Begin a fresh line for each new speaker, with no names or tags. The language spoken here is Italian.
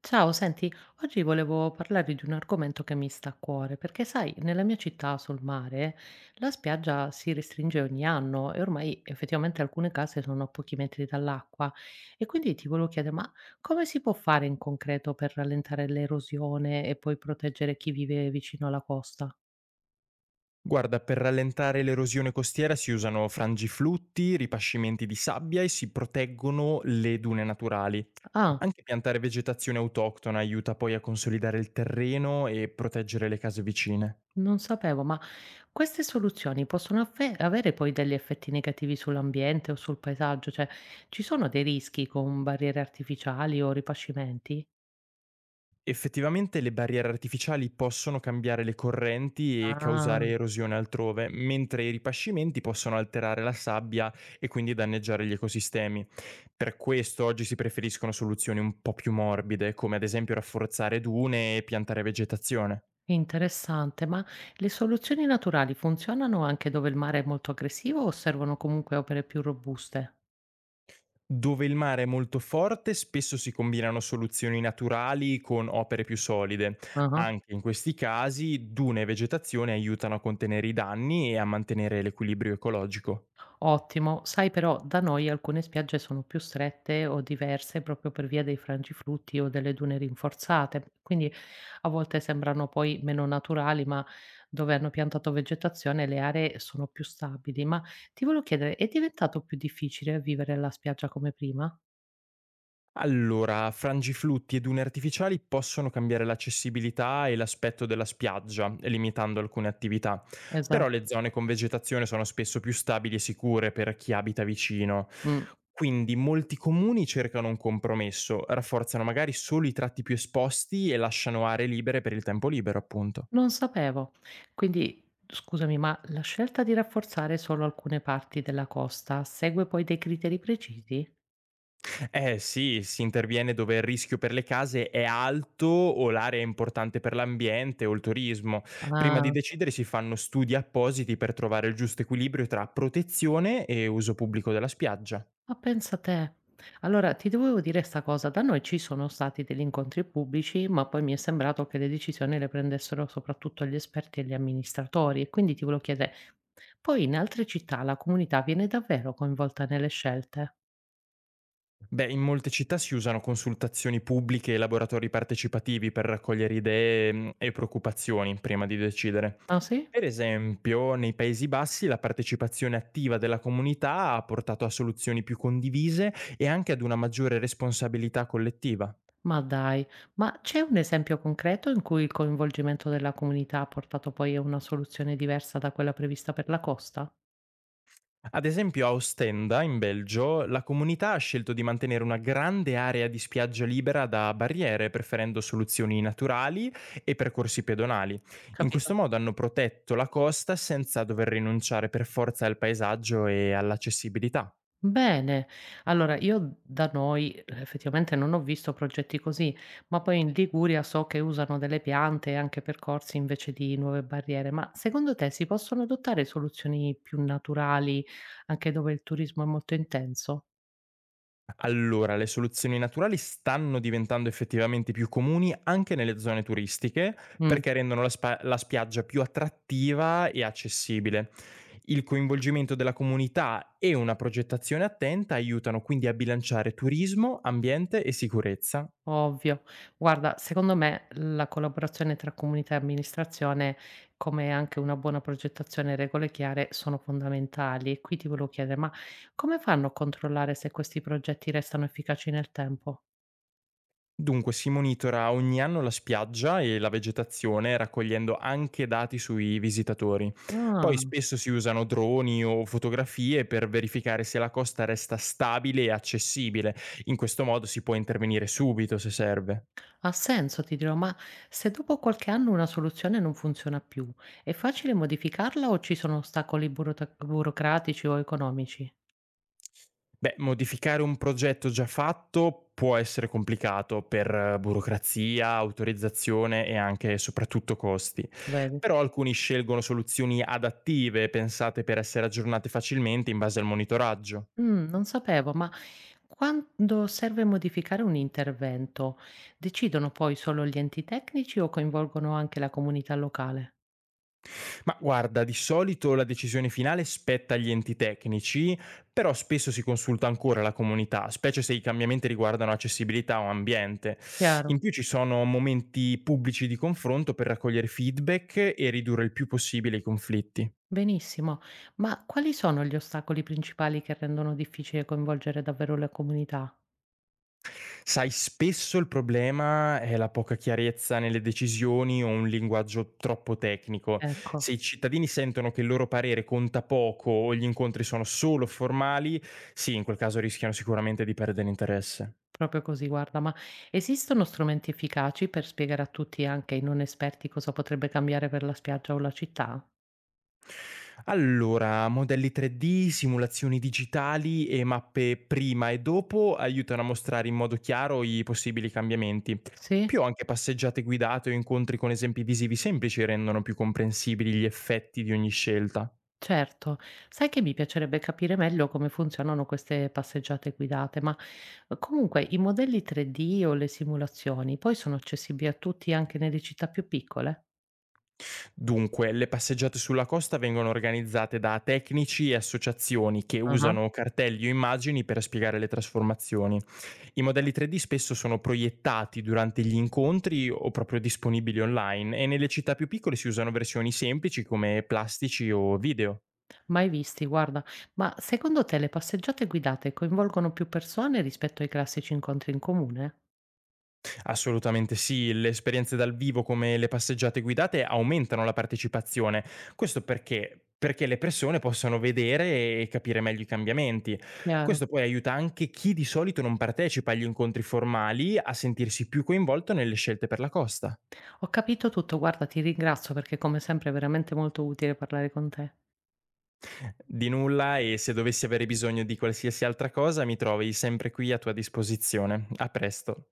Ciao, senti, oggi volevo parlare di un argomento che mi sta a cuore, perché sai, nella mia città sul mare la spiaggia si restringe ogni anno e ormai effettivamente alcune case sono a pochi metri dall'acqua e quindi ti volevo chiedere, ma come si può fare in concreto per rallentare l'erosione e poi proteggere chi vive vicino alla costa?
Guarda, per rallentare l'erosione costiera si usano frangiflutti, ripascimenti di sabbia e si proteggono le dune naturali.
Ah.
Anche piantare vegetazione autoctona aiuta poi a consolidare il terreno e proteggere le case vicine.
Non sapevo, ma queste soluzioni possono avere poi degli effetti negativi sull'ambiente o sul paesaggio? Cioè, ci sono dei rischi con barriere artificiali o ripascimenti?
Effettivamente le barriere artificiali possono cambiare le correnti e
Ah,
causare erosione altrove, mentre i ripascimenti possono alterare la sabbia e quindi danneggiare gli ecosistemi. Per questo oggi si preferiscono soluzioni un po' più morbide, come ad esempio rafforzare dune e piantare vegetazione.
interessante, ma le soluzioni naturali funzionano anche dove il mare è molto aggressivo o servono comunque opere più robuste?
Dove il mare è molto forte, spesso si combinano soluzioni naturali con opere più solide.
Ah.
Anche in questi casi, dune e vegetazione aiutano a contenere i danni e a mantenere l'equilibrio ecologico.
Ottimo. Sai però da noi alcune spiagge sono più strette o diverse proprio per via dei frangiflutti o delle dune rinforzate, quindi a volte sembrano poi meno naturali, ma dove hanno piantato vegetazione le aree sono più stabili. Ma ti volevo chiedere, è diventato più difficile vivere la spiaggia come prima?
Allora, frangiflutti e dune artificiali possono cambiare l'accessibilità e l'aspetto della spiaggia, limitando alcune attività,
Esa
però le zone con vegetazione sono spesso più stabili e sicure per chi abita vicino.
mh,
Quindi molti comuni cercano un compromesso, rafforzano magari solo i tratti più esposti e lasciano aree libere per il tempo libero, appunto.
non sapevo. Quindi scusami, ma la scelta di rafforzare solo alcune parti della costa segue poi dei criteri precisi?
Eh sì, si interviene dove il rischio per le case è alto o l'area è importante per l'ambiente o il turismo. Prima di
Ah.
decidere si fanno studi appositi per trovare il giusto equilibrio tra protezione e uso pubblico della spiaggia.
Ma pensa te. Allora ti dovevo dire 'sta cosa, da noi ci sono stati degli incontri pubblici, ma poi mi è sembrato che le decisioni le prendessero soprattutto gli esperti e gli amministratori e quindi ti volevo chiedere, poi in altre città la comunità viene davvero coinvolta nelle scelte?
Beh, in molte città si usano consultazioni pubbliche e laboratori partecipativi per raccogliere idee, e preoccupazioni prima di decidere.
Ah sì?
Per esempio, nei Paesi Bassi la partecipazione attiva della comunità ha portato a soluzioni più condivise e anche ad una maggiore responsabilità collettiva.
Ma dai, ma c'è un esempio concreto in cui il coinvolgimento della comunità ha portato poi a una soluzione diversa da quella prevista per la costa?
Ad esempio a Ostenda, in Belgio, la comunità ha scelto di mantenere una grande area di spiaggia libera da barriere, preferendo soluzioni naturali e percorsi pedonali. In
Capito?
questo modo hanno protetto la costa senza dover rinunciare per forza al paesaggio e all'accessibilità.
Bene. Allora io da noi, effettivamente, non ho visto progetti così, ma poi in Liguria so che usano delle piante e anche percorsi invece di nuove barriere. Ma secondo te si possono adottare soluzioni più naturali anche dove il turismo è molto intenso?
Allora, le soluzioni naturali stanno diventando effettivamente più comuni anche nelle zone turistiche,
Mh.
perché rendono la spiaggia più attrattiva e accessibile. Il coinvolgimento della comunità e una progettazione attenta aiutano quindi a bilanciare turismo, ambiente e sicurezza.
Ovvio. Guarda, secondo me la collaborazione tra comunità e amministrazione, come anche una buona progettazione e regole chiare, sono fondamentali. E qui ti volevo chiedere, ma come fanno a controllare se questi progetti restano efficaci nel tempo?
Dunque, si monitora ogni anno la spiaggia e la vegetazione, raccogliendo anche dati sui visitatori.
Ah,
Poi spesso si usano droni o fotografie per verificare se la costa resta stabile e accessibile. In questo modo si può intervenire subito se serve.
ha senso, ti dirò, ma se dopo qualche anno una soluzione non funziona più, è facile modificarla o ci sono ostacoli burocratici o economici?
Beh, modificare un progetto già fatto può essere complicato per burocrazia, autorizzazione e anche e soprattutto costi.
Vedi?
Però alcuni scelgono soluzioni adattive pensate per essere aggiornate facilmente in base al monitoraggio.
Non sapevo, ma quando serve modificare un intervento, decidono poi solo gli enti tecnici o coinvolgono anche la comunità locale?
Ma guarda, di solito la decisione finale spetta agli enti tecnici, però spesso si consulta ancora la comunità, specie se i cambiamenti riguardano accessibilità o ambiente.
Chiaro,
In più ci sono momenti pubblici di confronto per raccogliere feedback e ridurre il più possibile i conflitti.
benissimo. Ma quali sono gli ostacoli principali che rendono difficile coinvolgere davvero la comunità?
Sai, spesso il problema è la poca chiarezza nelle decisioni o un linguaggio troppo tecnico.
Ecco,
Se i cittadini sentono che il loro parere conta poco o gli incontri sono solo formali, sì, in quel caso rischiano sicuramente di perdere interesse.
proprio così, guarda, ma esistono strumenti efficaci per spiegare a tutti, anche ai non esperti, cosa potrebbe cambiare per la spiaggia o la città?
Allora, modelli 3D, simulazioni digitali e mappe prima e dopo aiutano a mostrare in modo chiaro i possibili cambiamenti. In
Sì?
più anche passeggiate guidate o incontri con esempi visivi semplici rendono più comprensibili gli effetti di ogni scelta.
Certo. Sai che mi piacerebbe capire meglio come funzionano queste passeggiate guidate, ma comunque i modelli 3D o le simulazioni poi sono accessibili a tutti anche nelle città più piccole?
Dunque, le passeggiate sulla costa vengono organizzate da tecnici e associazioni che
Ah.
usano cartelli o immagini per spiegare le trasformazioni. I modelli 3D spesso sono proiettati durante gli incontri o proprio disponibili online e nelle città più piccole si usano versioni semplici come plastici o video.
Mai visti, guarda. Ma secondo te le passeggiate guidate coinvolgono più persone rispetto ai classici incontri in comune?
Assolutamente sì, le esperienze dal vivo come le passeggiate guidate aumentano la partecipazione. Questo perché? Perché le persone possano vedere e capire meglio i cambiamenti.
Chiaro.
Questo poi aiuta anche chi di solito non partecipa agli incontri formali a sentirsi più coinvolto nelle scelte per la costa.
Ho capito tutto, guarda, ti ringrazio perché come sempre è veramente molto utile parlare con te.
Di nulla, e se dovessi avere bisogno di qualsiasi altra cosa mi trovi sempre qui a tua disposizione. A presto.